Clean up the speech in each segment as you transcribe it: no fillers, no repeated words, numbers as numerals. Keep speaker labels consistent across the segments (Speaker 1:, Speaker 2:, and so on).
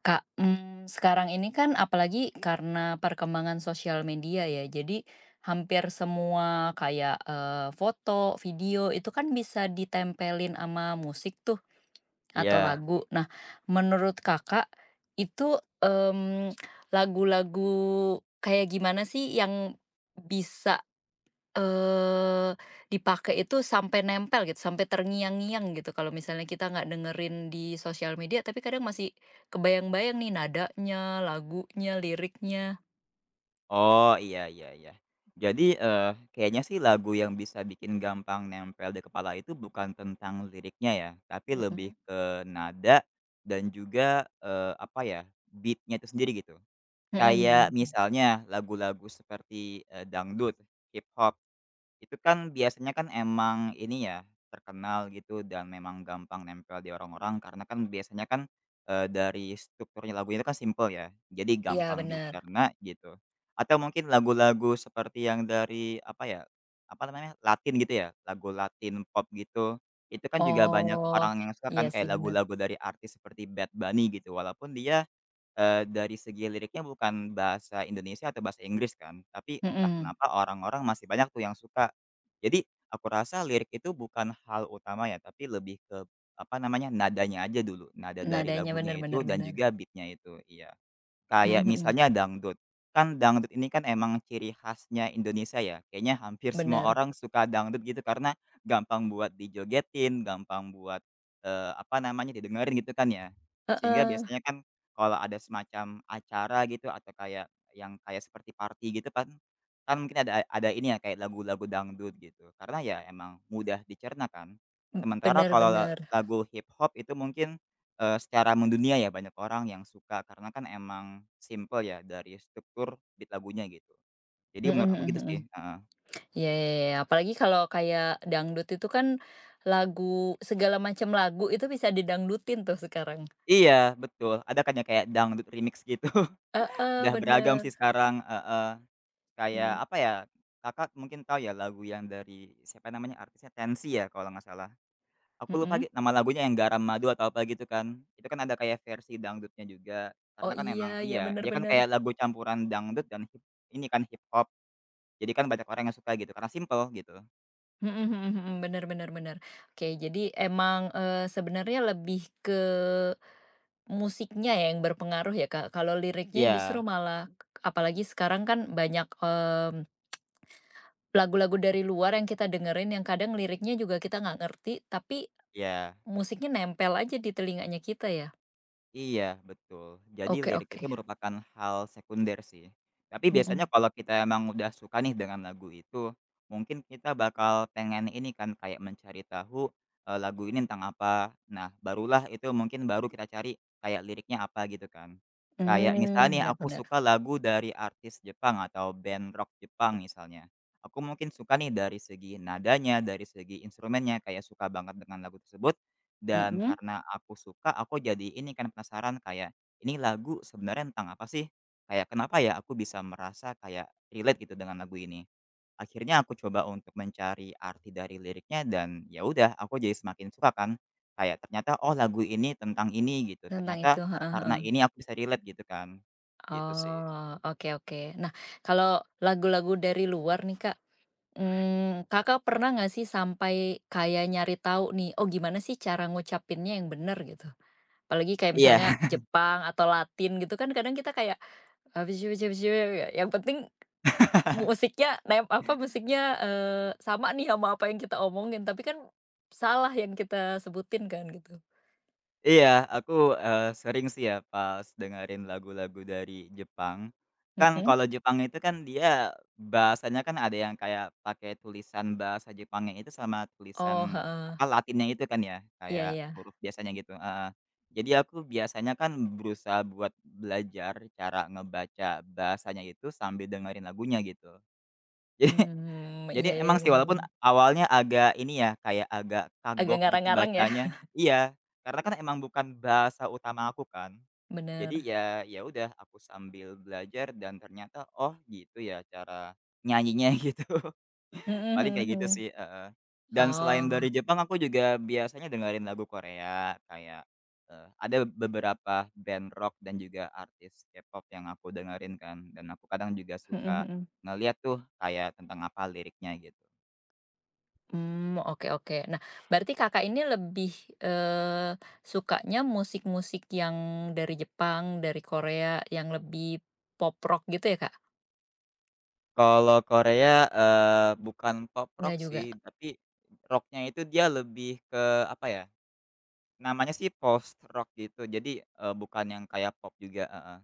Speaker 1: Kak, sekarang ini kan apalagi karena perkembangan sosial media ya, jadi hampir semua kayak, foto, video itu kan bisa ditempelin sama musik tuh atau
Speaker 2: Iya.
Speaker 1: lagu. Nah, menurut Kakak itu, lagu-lagu kayak gimana sih yang bisa Eee, dipakai itu sampai nempel gitu, sampai terngiang-ngiang gitu kalau misalnya kita nggak dengerin di sosial media, tapi kadang masih kebayang-bayang nih nadanya, lagunya, liriknya.
Speaker 2: Oh, iya iya iya. Jadi, kayaknya sih lagu yang bisa bikin gampang nempel di kepala itu bukan tentang liriknya ya, tapi lebih
Speaker 1: Mhm.
Speaker 2: ke nada dan juga, apa ya, beatnya itu sendiri gitu.
Speaker 1: Mhm
Speaker 2: Kayak
Speaker 1: mhm.
Speaker 2: misalnya lagu-lagu seperti, dangdut, hip hop. Itu kan biasanya kan emang ini ya, terkenal gitu dan memang gampang nempel di orang-orang karena kan biasanya kan, dari strukturnya lagunya itu kan simple ya, jadi
Speaker 1: Iya,
Speaker 2: gampang
Speaker 1: bener.
Speaker 2: dicerna gitu. Atau mungkin lagu-lagu seperti yang dari apa ya, apa namanya, Latin gitu ya, lagu Latin pop gitu, itu kan juga banyak
Speaker 1: Oh,
Speaker 2: orang yang suka
Speaker 1: iya
Speaker 2: kan
Speaker 1: sih,
Speaker 2: kayak
Speaker 1: bener.
Speaker 2: lagu-lagu dari artis seperti Bad Bunny gitu walaupun dia dari segi liriknya bukan bahasa Indonesia atau bahasa Inggris kan, tapi entah
Speaker 1: Mhm.
Speaker 2: kenapa orang-orang masih banyak tuh yang suka. Jadi aku rasa lirik itu bukan hal utama ya, tapi lebih ke, apa namanya, nadanya aja dulu, nada dari
Speaker 1: Nadanya, benar
Speaker 2: lagunya itu
Speaker 1: benar
Speaker 2: dan
Speaker 1: benar.
Speaker 2: juga beatnya itu, iya. Kayak
Speaker 1: Mhm mhm.
Speaker 2: misalnya dangdut, kan dangdut ini kan emang ciri khasnya Indonesia ya, kayaknya hampir semua
Speaker 1: Benar.
Speaker 2: orang suka dangdut gitu karena gampang buat dijogetin, gampang buat, apa namanya, didengerin gitu kan ya. Sehingga
Speaker 1: Heeh.
Speaker 2: biasanya kan kalau ada semacam acara gitu atau kayak yang kayak seperti party gitu kan, kan mungkin ada ini ya kayak lagu-lagu dangdut gitu, karena ya emang mudah dicerna kan. Sementara
Speaker 1: Bener
Speaker 2: kalau
Speaker 1: bener.
Speaker 2: lagu hip hop itu mungkin secara mendunia ya banyak orang yang suka karena kan emang simple ya dari struktur beat lagunya gitu. Jadi
Speaker 1: Mhm
Speaker 2: menurut aku
Speaker 1: mhm
Speaker 2: gitu
Speaker 1: mhm.
Speaker 2: sih, heeh.
Speaker 1: Iya iya iya, iya, apalagi kalau kayak dangdut itu kan lagu, segala macam lagu itu bisa didangdutin tuh sekarang.
Speaker 2: Iya betul, ada kan ya kayak dangdut remix gitu,
Speaker 1: Heeh,
Speaker 2: udah beragam sih
Speaker 1: bener.
Speaker 2: sekarang, heeh. Kayak
Speaker 1: Iya.
Speaker 2: apa ya, Kakak mungkin tahu ya lagu yang dari siapa namanya artisnya tensi ya kalau nggak salah. Aku lupa
Speaker 1: Mhm.
Speaker 2: lagi nama lagunya yang Garam Madu atau apa gitu kan. Itu kan ada kayak versi dangdutnya juga,
Speaker 1: Oh
Speaker 2: karena kan
Speaker 1: iya,
Speaker 2: emang
Speaker 1: ya
Speaker 2: iya,
Speaker 1: bener
Speaker 2: dia kan
Speaker 1: bener.
Speaker 2: kayak lagu campuran dangdut dan hip ini kan hip hop. Jadi kan banyak orang yang suka gitu karena simple gitu.
Speaker 1: Mhm mhm mhm, bener bener bener. Oke, jadi emang, sebenarnya lebih ke musiknya ya yang berpengaruh ya, Kak? Kalau liriknya justru
Speaker 2: Iya
Speaker 1: malah apalagi sekarang kan banyak, lagu-lagu dari luar yang kita dengerin yang kadang liriknya juga kita nggak ngerti, tapi
Speaker 2: iya
Speaker 1: musiknya nempel aja di telinganya kita ya.
Speaker 2: iya betul. Jadi
Speaker 1: Oke
Speaker 2: lirik
Speaker 1: oke.
Speaker 2: itu merupakan hal sekunder sih. Tapi biasanya
Speaker 1: Mhm.
Speaker 2: kalau kita emang udah suka nih dengan lagu itu, mungkin kita bakal pengen ini kan kayak mencari tahu, lagu ini tentang apa. Nah barulah itu mungkin baru kita cari kayak liriknya apa gitu kan. Kayak misalnya
Speaker 1: Mmm,
Speaker 2: nih
Speaker 1: benar,
Speaker 2: aku
Speaker 1: bener.
Speaker 2: suka lagu dari artis Jepang atau band rock Jepang misalnya. Aku mungkin suka nih dari segi nadanya, dari segi instrumennya, kayak suka banget dengan lagu tersebut. Dan
Speaker 1: Mhm,
Speaker 2: karena aku suka, aku jadi ini kan penasaran kayak, "Ini lagu sebenarnya tentang apa sih? Kayak kenapa ya aku bisa merasa kayak relate gitu dengan lagu ini?" Akhirnya aku coba untuk mencari arti dari liriknya dan ya udah aku jadi semakin suka kan. Kayak ternyata, "Oh lagu ini tentang ini," gitu.
Speaker 1: tentang
Speaker 2: Ternyata
Speaker 1: itu, heeh
Speaker 2: karena
Speaker 1: heeh.
Speaker 2: ini aku bisa relate gitu kan. Gitu sih.
Speaker 1: Oh, oke oke. Nah, kalau lagu-lagu dari luar nih, Kak, Kakak pernah nggak sih sampai kayak nyari tahu nih, oh gimana sih cara ngucapinnya yang bener gitu? Apalagi kayak misalnya
Speaker 2: Iya.
Speaker 1: Jepang atau Latin gitu kan kadang kita kayak, yang penting musiknya, sama nih sama apa yang kita omongin, tapi kan salah yang kita sebutin kan gitu.
Speaker 2: Iya, aku, sering sih ya pas dengerin lagu-lagu dari Jepang. Kan
Speaker 1: Mhm.
Speaker 2: kalau Jepang itu kan dia bahasanya kan ada yang kayak pakai tulisan bahasa Jepangnya itu sama
Speaker 1: Oh,
Speaker 2: tulisan,
Speaker 1: heeh.
Speaker 2: apa, Latinnya itu kan ya,
Speaker 1: Iya
Speaker 2: kayak
Speaker 1: iya.
Speaker 2: huruf biasanya gitu heeh. Jadi aku biasanya kan berusaha buat belajar cara ngebaca bahasanya itu sambil dengerin lagunya gitu.
Speaker 1: Mmm, iya
Speaker 2: Jadi
Speaker 1: iya,
Speaker 2: memang sih
Speaker 1: bener
Speaker 2: walaupun
Speaker 1: bener.
Speaker 2: awalnya agak ini ya, kayak agak
Speaker 1: Agak
Speaker 2: kagok gitu
Speaker 1: ngarang-ngarang ya?
Speaker 2: bacanya iya, karena kan emang bukan bahasa utama aku kan. Jadi
Speaker 1: Bener.
Speaker 2: ya ya udah aku sambil belajar dan ternyata, oh gitu ya cara nyanyinya gitu.
Speaker 1: Mhm
Speaker 2: Paling kayak
Speaker 1: mhm
Speaker 2: gitu
Speaker 1: mhm.
Speaker 2: sih, heeh. Dan selain
Speaker 1: Oh,
Speaker 2: dari Jepang aku juga biasanya dengerin lagu Korea kayak, ada beberapa band rock dan juga artis K-pop yang aku dengerin kan dan aku kadang juga
Speaker 1: mhm
Speaker 2: suka
Speaker 1: mhm.
Speaker 2: ngeliat tuh kayak tentang apa liriknya gitu.
Speaker 1: Mmm, oke oke. Nah, berarti Kakak ini lebih, eee, sukanya musik-musik yang dari Jepang, dari Korea, yang lebih pop rock gitu ya, Kak?
Speaker 2: Kalau Korea, bukan pop
Speaker 1: Nggak
Speaker 2: rock
Speaker 1: juga?
Speaker 2: sih, tapi rock-nya itu dia lebih ke apa ya, namanya sih post rock gitu. Jadi, bukan yang kayak pop juga, heeh.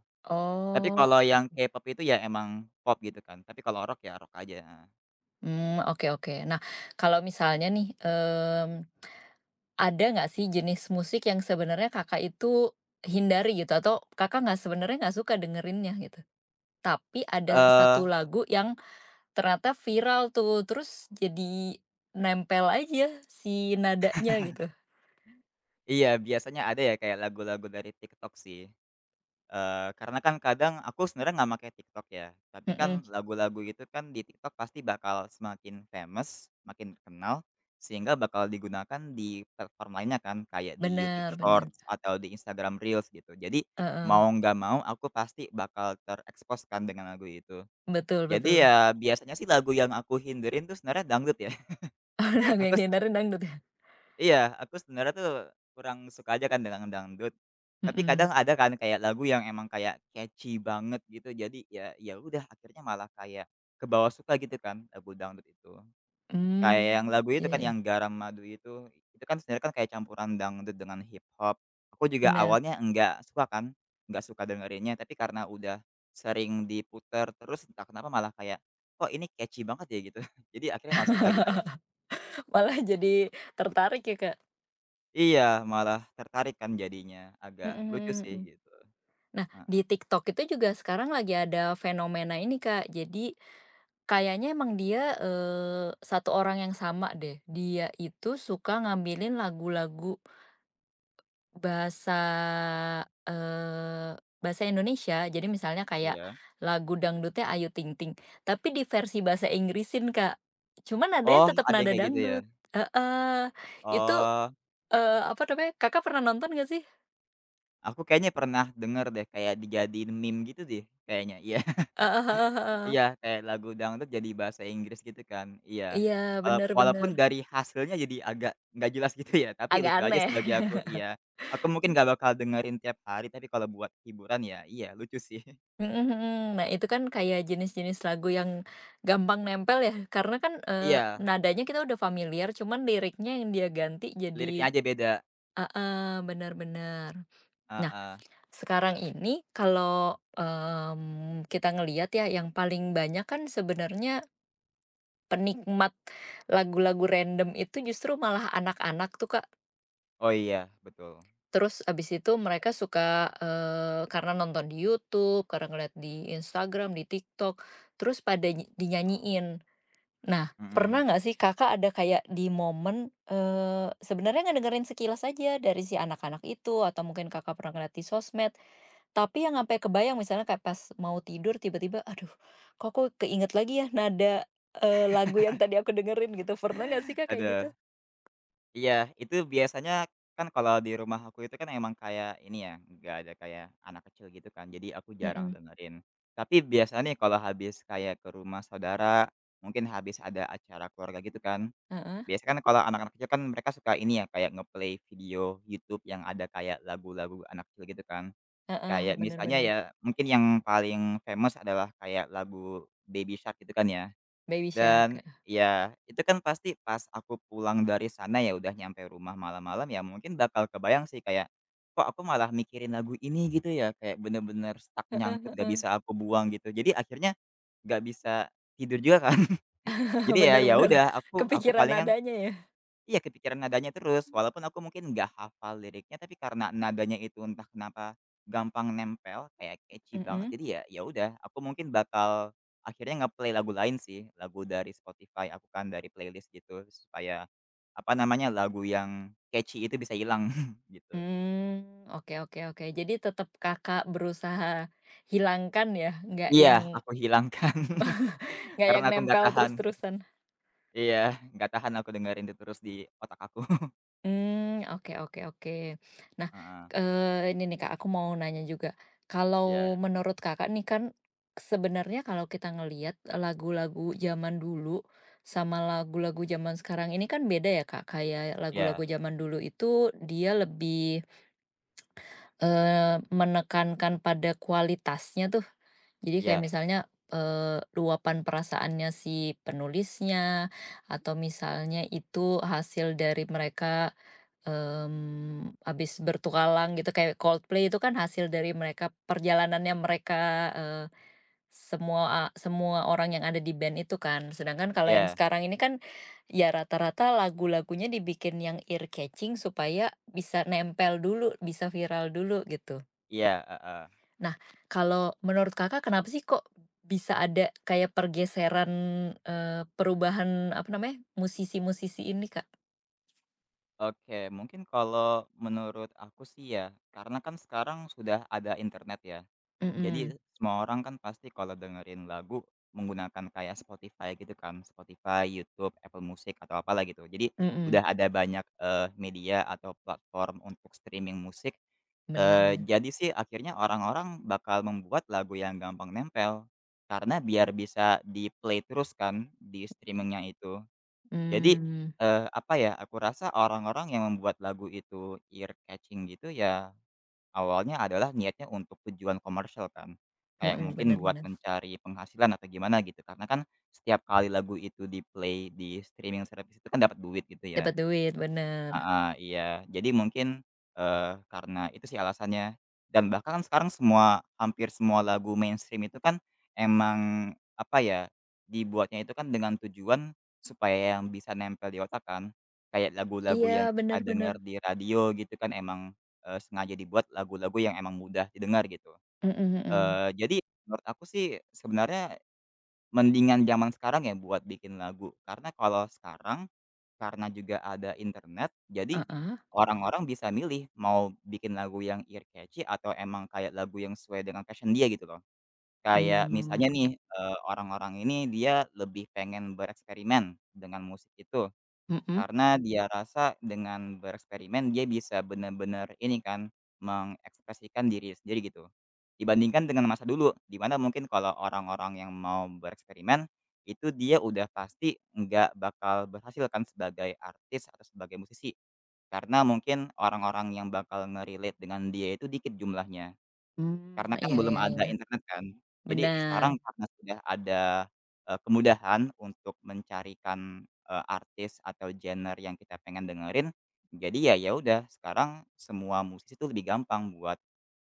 Speaker 2: Tapi
Speaker 1: Oh,
Speaker 2: kalau yang K-pop itu ya emang pop gitu kan, tapi kalau rock ya rock aja, heeh.
Speaker 1: mmm, oke oke. Nah, kalau misalnya nih, mmm, ada nggak sih jenis musik yang sebenarnya Kakak itu hindari gitu atau Kakak nggak sebenarnya nggak suka dengerinnya gitu? Tapi ada satu
Speaker 2: Eee,
Speaker 1: lagu yang ternyata viral tuh, terus jadi nempel aja si nadanya gitu.
Speaker 2: iya biasanya ada ya kayak lagu-lagu dari TikTok sih. Karena kan kadang aku sebenarnya nggak make TikTok ya, tapi
Speaker 1: Mhm,
Speaker 2: kan lagu-lagu itu kan di TikTok pasti bakal semakin famous, makin terkenal, sehingga bakal digunakan di platform lainnya kan, kayak di YouTube
Speaker 1: benar, bener.
Speaker 2: Shorts atau di Instagram Reels gitu. Jadi,
Speaker 1: Heeh,
Speaker 2: mau nggak mau aku pasti bakal terekspos kan dengan lagu itu.
Speaker 1: betul
Speaker 2: Jadi
Speaker 1: betul.
Speaker 2: ya biasanya sih lagu yang aku hindarin tuh sebenarnya dangdut ya.
Speaker 1: Lagu
Speaker 2: Aku.
Speaker 1: yang dihindarin dangdut ya?
Speaker 2: Iya, aku sebenarnya tuh kurang suka aja kan dengan dangdut. Tapi
Speaker 1: Mhm.
Speaker 2: kadang ada kan kayak lagu yang emang kayak catchy banget gitu, jadi ya ya udah akhirnya malah kayak kebawa suka gitu kan lagu dangdut itu.
Speaker 1: Mmm,
Speaker 2: Kayak yang lagu
Speaker 1: iya
Speaker 2: itu kan
Speaker 1: iya,
Speaker 2: yang Garam Madu itu kan sebenarnya kan kayak campuran dangdut dengan hip hop. Aku juga
Speaker 1: bener.
Speaker 2: awalnya enggak suka kan, enggak suka dengerinnya, tapi karena udah sering diputer terus entah kenapa malah kayak, "Kok ini catchy banget ya?" gitu. Jadi akhirnya masuk suka gitu.
Speaker 1: Malah jadi tertarik ya, Kak.
Speaker 2: Iya, malah tertarik kan jadinya, agak
Speaker 1: Mhm
Speaker 2: lucu
Speaker 1: mhm
Speaker 2: sih
Speaker 1: mhm.
Speaker 2: gitu,
Speaker 1: Nah,
Speaker 2: heeh,
Speaker 1: di TikTok itu juga sekarang lagi ada fenomena ini, Kak. Jadi, kayaknya emang dia, satu orang yang sama deh. Dia itu suka ngambilin lagu-lagu bahasa, eee, bahasa Indonesia. Jadi misalnya kayak
Speaker 2: iya.
Speaker 1: lagu dangdutnya Ayu Ting Ting, tapi di versi bahasa Inggrisin, Kak. Cuman nadanya
Speaker 2: Oh,
Speaker 1: tetap
Speaker 2: ada yang
Speaker 1: nada
Speaker 2: kayak gitu ya?
Speaker 1: dangdut. Heeh. Itu,
Speaker 2: Oh,
Speaker 1: apa namanya, Kakak pernah nonton nggak sih?
Speaker 2: aku kayaknya pernah denger deh kayak dijadiin meme gitu deh kayaknya, iya.
Speaker 1: Heeh heeh heeh.
Speaker 2: Iya, kayak lagu dangdut jadi bahasa Inggris gitu kan, iya.
Speaker 1: Iya, bener
Speaker 2: Walaupun
Speaker 1: bener.
Speaker 2: dari hasilnya jadi agak nggak jelas gitu ya, tapi
Speaker 1: Agak
Speaker 2: lucu aja
Speaker 1: aneh.
Speaker 2: sih bagi aku, iya. Aku mungkin nggak bakal dengerin tiap hari, tapi kalau buat hiburan ya iya, lucu sih.
Speaker 1: Mhm mhm. Nah, itu kan kayak jenis-jenis lagu yang gampang nempel ya, karena kan,
Speaker 2: Iya,
Speaker 1: nadanya kita udah familiar, cuman liriknya yang dia ganti jadi
Speaker 2: liriknya aja beda,
Speaker 1: heeh, benar bener. Nah,
Speaker 2: heeh.
Speaker 1: sekarang ini kalau, kita ngelihat ya, yang paling banyak kan sebenarnya penikmat lagu-lagu random itu justru malah anak-anak tuh, Kak.
Speaker 2: Oh iya, betul,
Speaker 1: Terus abis itu mereka suka, karena nonton di YouTube, karena ngeliat di Instagram, di TikTok, terus pada dinyanyiin. Nah,
Speaker 2: mhm,
Speaker 1: pernah nggak sih Kakak ada kayak di momen, sebenarnya ngedengerin sekilas aja dari si anak-anak itu atau mungkin Kakak pernah ngeliat di sosmed, tapi yang sampai kebayang misalnya kayak pas mau tidur tiba-tiba, "Aduh, kok aku keinget lagi ya nada, lagu yang tadi aku dengerin," gitu. Pernah nggak sih Kak kayak gitu?
Speaker 2: ada. Iya, itu biasanya kan kalau di rumah aku itu kan emang kayak ini ya, nggak ada kayak anak kecil gitu kan, jadi aku jarang
Speaker 1: Mhm,
Speaker 2: dengerin. Tapi biasanya nih kalau habis kayak ke rumah saudara, mungkin habis ada acara keluarga gitu kan,
Speaker 1: heeh
Speaker 2: biasanya kan kalau anak-anak kecil kan mereka suka ini ya, kayak ngeplay video YouTube yang ada kayak lagu-lagu anak kecil gitu kan.
Speaker 1: heeh,
Speaker 2: Kayak
Speaker 1: bener
Speaker 2: misalnya
Speaker 1: bener.
Speaker 2: ya, mungkin yang paling famous adalah kayak lagu Baby Shark gitu kan ya.
Speaker 1: Baby
Speaker 2: Dan
Speaker 1: Shark.
Speaker 2: ya, itu kan pasti pas aku pulang dari sana ya udah nyampe rumah malam-malam ya mungkin bakal kebayang sih kayak, "Kok aku malah mikirin lagu ini?" gitu ya, kayak bener-bener stuck
Speaker 1: Heeh
Speaker 2: nyangkut gak
Speaker 1: heeh.
Speaker 2: bisa aku buang gitu. Jadi akhirnya gak bisa tidur juga kan. Jadi ya
Speaker 1: Bener
Speaker 2: ya
Speaker 1: bener.
Speaker 2: udah aku
Speaker 1: Kepikiran
Speaker 2: palingan.
Speaker 1: nadanya ya?
Speaker 2: Iya kepikiran nadanya terus, walaupun aku mungkin nggak hafal liriknya, tapi karena nadanya itu entah kenapa gampang nempel, kayak catchy banget,
Speaker 1: Mhm.
Speaker 2: jadi ya ya udah, aku mungkin bakal akhirnya nge-play lagu lain sih, lagu dari Spotify aku kan, dari playlist gitu, supaya, apa namanya, lagu yang catchy itu bisa hilang, gitu.
Speaker 1: Mmm, oke oke oke. Jadi tetap Kakak berusaha hilangkan ya? Nggak
Speaker 2: Iya,
Speaker 1: yang
Speaker 2: aku hilangkan,
Speaker 1: nggak
Speaker 2: karena
Speaker 1: yang
Speaker 2: aku nggak
Speaker 1: nempel
Speaker 2: tahan.
Speaker 1: terus-terusan?
Speaker 2: Iya, nggak tahan aku dengerin itu terus di otak aku.
Speaker 1: Hmm, oke oke oke. Nah,
Speaker 2: Heeh,
Speaker 1: ini nih Kak, aku mau nanya juga.
Speaker 2: iya
Speaker 1: Kalau ya, menurut Kakak nih kan, sebenarnya kalau kita ngelihat lagu-lagu zaman dulu sama lagu-lagu zaman sekarang ini kan beda ya Kak, kayak lagu-lagu
Speaker 2: iya
Speaker 1: zaman dulu itu dia lebih menekankan pada kualitasnya tuh. Jadi kayak
Speaker 2: iya
Speaker 1: misalnya, luapan perasaannya si penulisnya, atau misalnya itu hasil dari mereka, habis bertualang gitu kayak Coldplay itu kan hasil dari mereka perjalanannya mereka, semua semua orang yang ada di band itu kan. Sedangkan kalau yang
Speaker 2: iya
Speaker 1: sekarang ini kan, ya rata-rata lagu-lagunya dibikin yang ear catching supaya bisa nempel dulu, bisa viral dulu gitu.
Speaker 2: iya, heeh.
Speaker 1: Nah, kalau menurut Kakak kenapa sih kok bisa ada kayak pergeseran, perubahan apa namanya, musisi-musisi ini, Kak?
Speaker 2: Oke, mungkin kalau menurut aku sih ya, karena kan sekarang sudah ada internet ya. Jadi
Speaker 1: Mhm,
Speaker 2: semua orang kan pasti kalau dengerin lagu menggunakan kayak Spotify gitu kan, Spotify, YouTube, Apple Music atau apalah gitu. Jadi udah
Speaker 1: mhm,
Speaker 2: ada banyak eh, media atau platform untuk streaming musik.
Speaker 1: bener
Speaker 2: Eh,
Speaker 1: bener.
Speaker 2: jadi sih akhirnya orang-orang bakal membuat lagu yang gampang nempel karena biar bisa di play terus kan di streamingnya itu. Jadi,
Speaker 1: Mmm,
Speaker 2: apa ya, aku rasa orang-orang yang membuat lagu itu ear catching gitu ya, awalnya adalah niatnya untuk tujuan komersial kan. Kayak
Speaker 1: mhm,
Speaker 2: mungkin
Speaker 1: bener
Speaker 2: buat
Speaker 1: bener.
Speaker 2: mencari penghasilan atau gimana gitu, karena kan setiap kali lagu itu di-play di streaming service itu kan dapat duit gitu
Speaker 1: Dapat
Speaker 2: ya.
Speaker 1: duit, bener.
Speaker 2: Heeh, iya. Jadi mungkin, karena itu sih alasannya. Dan bahkan kan sekarang semua hampir semua lagu mainstream itu kan emang, apa ya, dibuatnya itu kan dengan tujuan supaya yang bisa nempel di otak kan. Kayak lagu-lagu
Speaker 1: Iya,
Speaker 2: yang kita
Speaker 1: bener bener.
Speaker 2: dengar di radio gitu kan emang, sengaja dibuat lagu-lagu yang emang mudah didengar gitu.
Speaker 1: Mhm mhm.
Speaker 2: Jadi menurut aku sih sebenarnya mendingan zaman sekarang ya buat bikin lagu. Karena kalau sekarang karena juga ada internet, jadi
Speaker 1: Heeh.
Speaker 2: orang-orang bisa milih mau bikin lagu yang ear catchy atau emang kayak lagu yang sesuai dengan passion dia gitu loh. Kayak
Speaker 1: Mmm,
Speaker 2: misalnya nih,
Speaker 1: oke.
Speaker 2: orang-orang ini dia lebih pengen bereksperimen dengan musik itu.
Speaker 1: Mhm.
Speaker 2: Karena dia rasa dengan bereksperimen dia bisa benar-benar ini kan, mengekspresikan diri sendiri gitu. Dibandingkan dengan masa dulu, di mana mungkin kalau orang-orang yang mau bereksperimen, itu dia udah pasti nggak bakal berhasil kan sebagai artis atau sebagai musisi. Karena mungkin orang-orang yang bakal nge-relate dengan dia itu dikit jumlahnya.
Speaker 1: Mmm,
Speaker 2: Karena kan
Speaker 1: iya
Speaker 2: belum
Speaker 1: iya
Speaker 2: ada
Speaker 1: iya.
Speaker 2: internet kan. Jadi
Speaker 1: Benar.
Speaker 2: sekarang karena sudah ada, kemudahan untuk mencarikan, artis atau genre yang kita pengen dengerin, jadi ya ya udah sekarang semua musisi tuh lebih gampang buat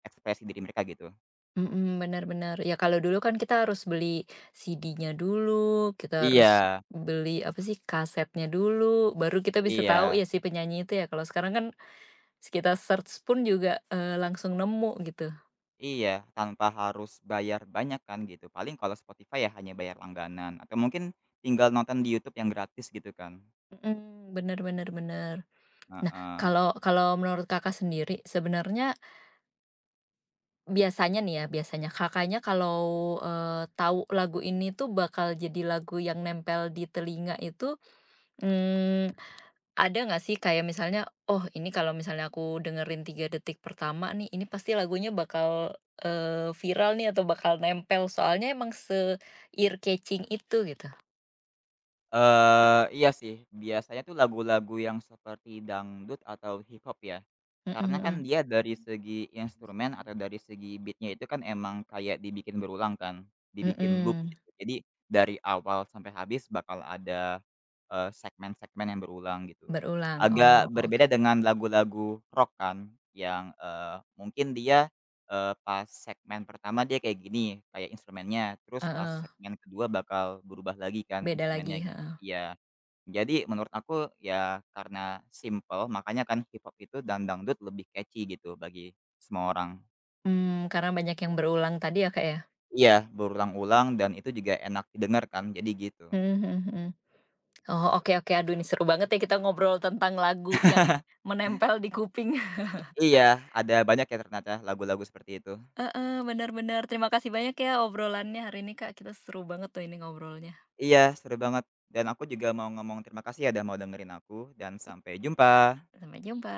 Speaker 2: ekspresi diri mereka gitu.
Speaker 1: Mhm, benar benar. Ya kalau dulu kan kita harus beli CD-nya dulu, kita harus
Speaker 2: Iya
Speaker 1: beli apa sih, kasetnya dulu, baru kita bisa tahu
Speaker 2: iya
Speaker 1: ya si penyanyi itu ya. Kalau sekarang kan kita search pun juga, langsung nemu gitu.
Speaker 2: iya, tanpa harus bayar banyak kan gitu. Paling kalau Spotify ya hanya bayar langganan atau mungkin tinggal nonton di YouTube yang gratis gitu kan.
Speaker 1: Mhm, benar benar benar. Nah,
Speaker 2: Heeh.
Speaker 1: kalau kalau menurut Kakak sendiri, sebenarnya biasanya nih ya, biasanya Kakaknya kalau, tahu lagu ini tuh bakal jadi lagu yang nempel di telinga itu, mmm, ada nggak sih kayak misalnya, "Oh ini kalau misalnya aku dengerin 3 detik pertama nih, ini pasti lagunya bakal, viral nih atau bakal nempel." Soalnya emang se-ear-catching itu gitu.
Speaker 2: Iya sih, biasanya tuh lagu-lagu yang seperti dangdut atau hip hop ya.
Speaker 1: Mhm
Speaker 2: Karena kan
Speaker 1: mhm.
Speaker 2: dia dari segi instrumen atau dari segi beat-nya itu kan emang kayak dibikin berulang kan, dibikin loop
Speaker 1: Mhm.
Speaker 2: gitu. Jadi dari awal sampai habis bakal ada, segmen-segmen yang berulang gitu.
Speaker 1: Berulang, oh
Speaker 2: Agak
Speaker 1: oke.
Speaker 2: berbeda dengan lagu-lagu rock kan yang, mungkin dia pas segmen pertama dia kayak gini, kayak instrumennya, terus pas
Speaker 1: Heeh.
Speaker 2: segmen kedua bakal berubah lagi kan
Speaker 1: Beda lagi,
Speaker 2: instrumennya gitu.
Speaker 1: heeh.
Speaker 2: Iya. Jadi menurut aku ya karena simple makanya kan hip hop itu dan dangdut lebih catchy gitu bagi semua orang.
Speaker 1: Mmm, karena banyak yang berulang tadi ya, Kak, ya?
Speaker 2: Iya, berulang-ulang dan itu juga enak didengar kan, jadi gitu.
Speaker 1: Mhm mhm mhm. Oh, oke oke. Aduh, ini seru banget ya kita ngobrol tentang lagu yang menempel di kuping.
Speaker 2: Iya, ada banyak ya ternyata lagu-lagu seperti itu.
Speaker 1: Heeh, benar benar. Terima kasih banyak ya obrolannya hari ini, Kak. Kita seru banget tuh ini ngobrolnya.
Speaker 2: Iya, seru banget dan aku juga mau ngomong terima kasih ya udah mau dengerin aku dan sampai jumpa.
Speaker 1: Sampai jumpa.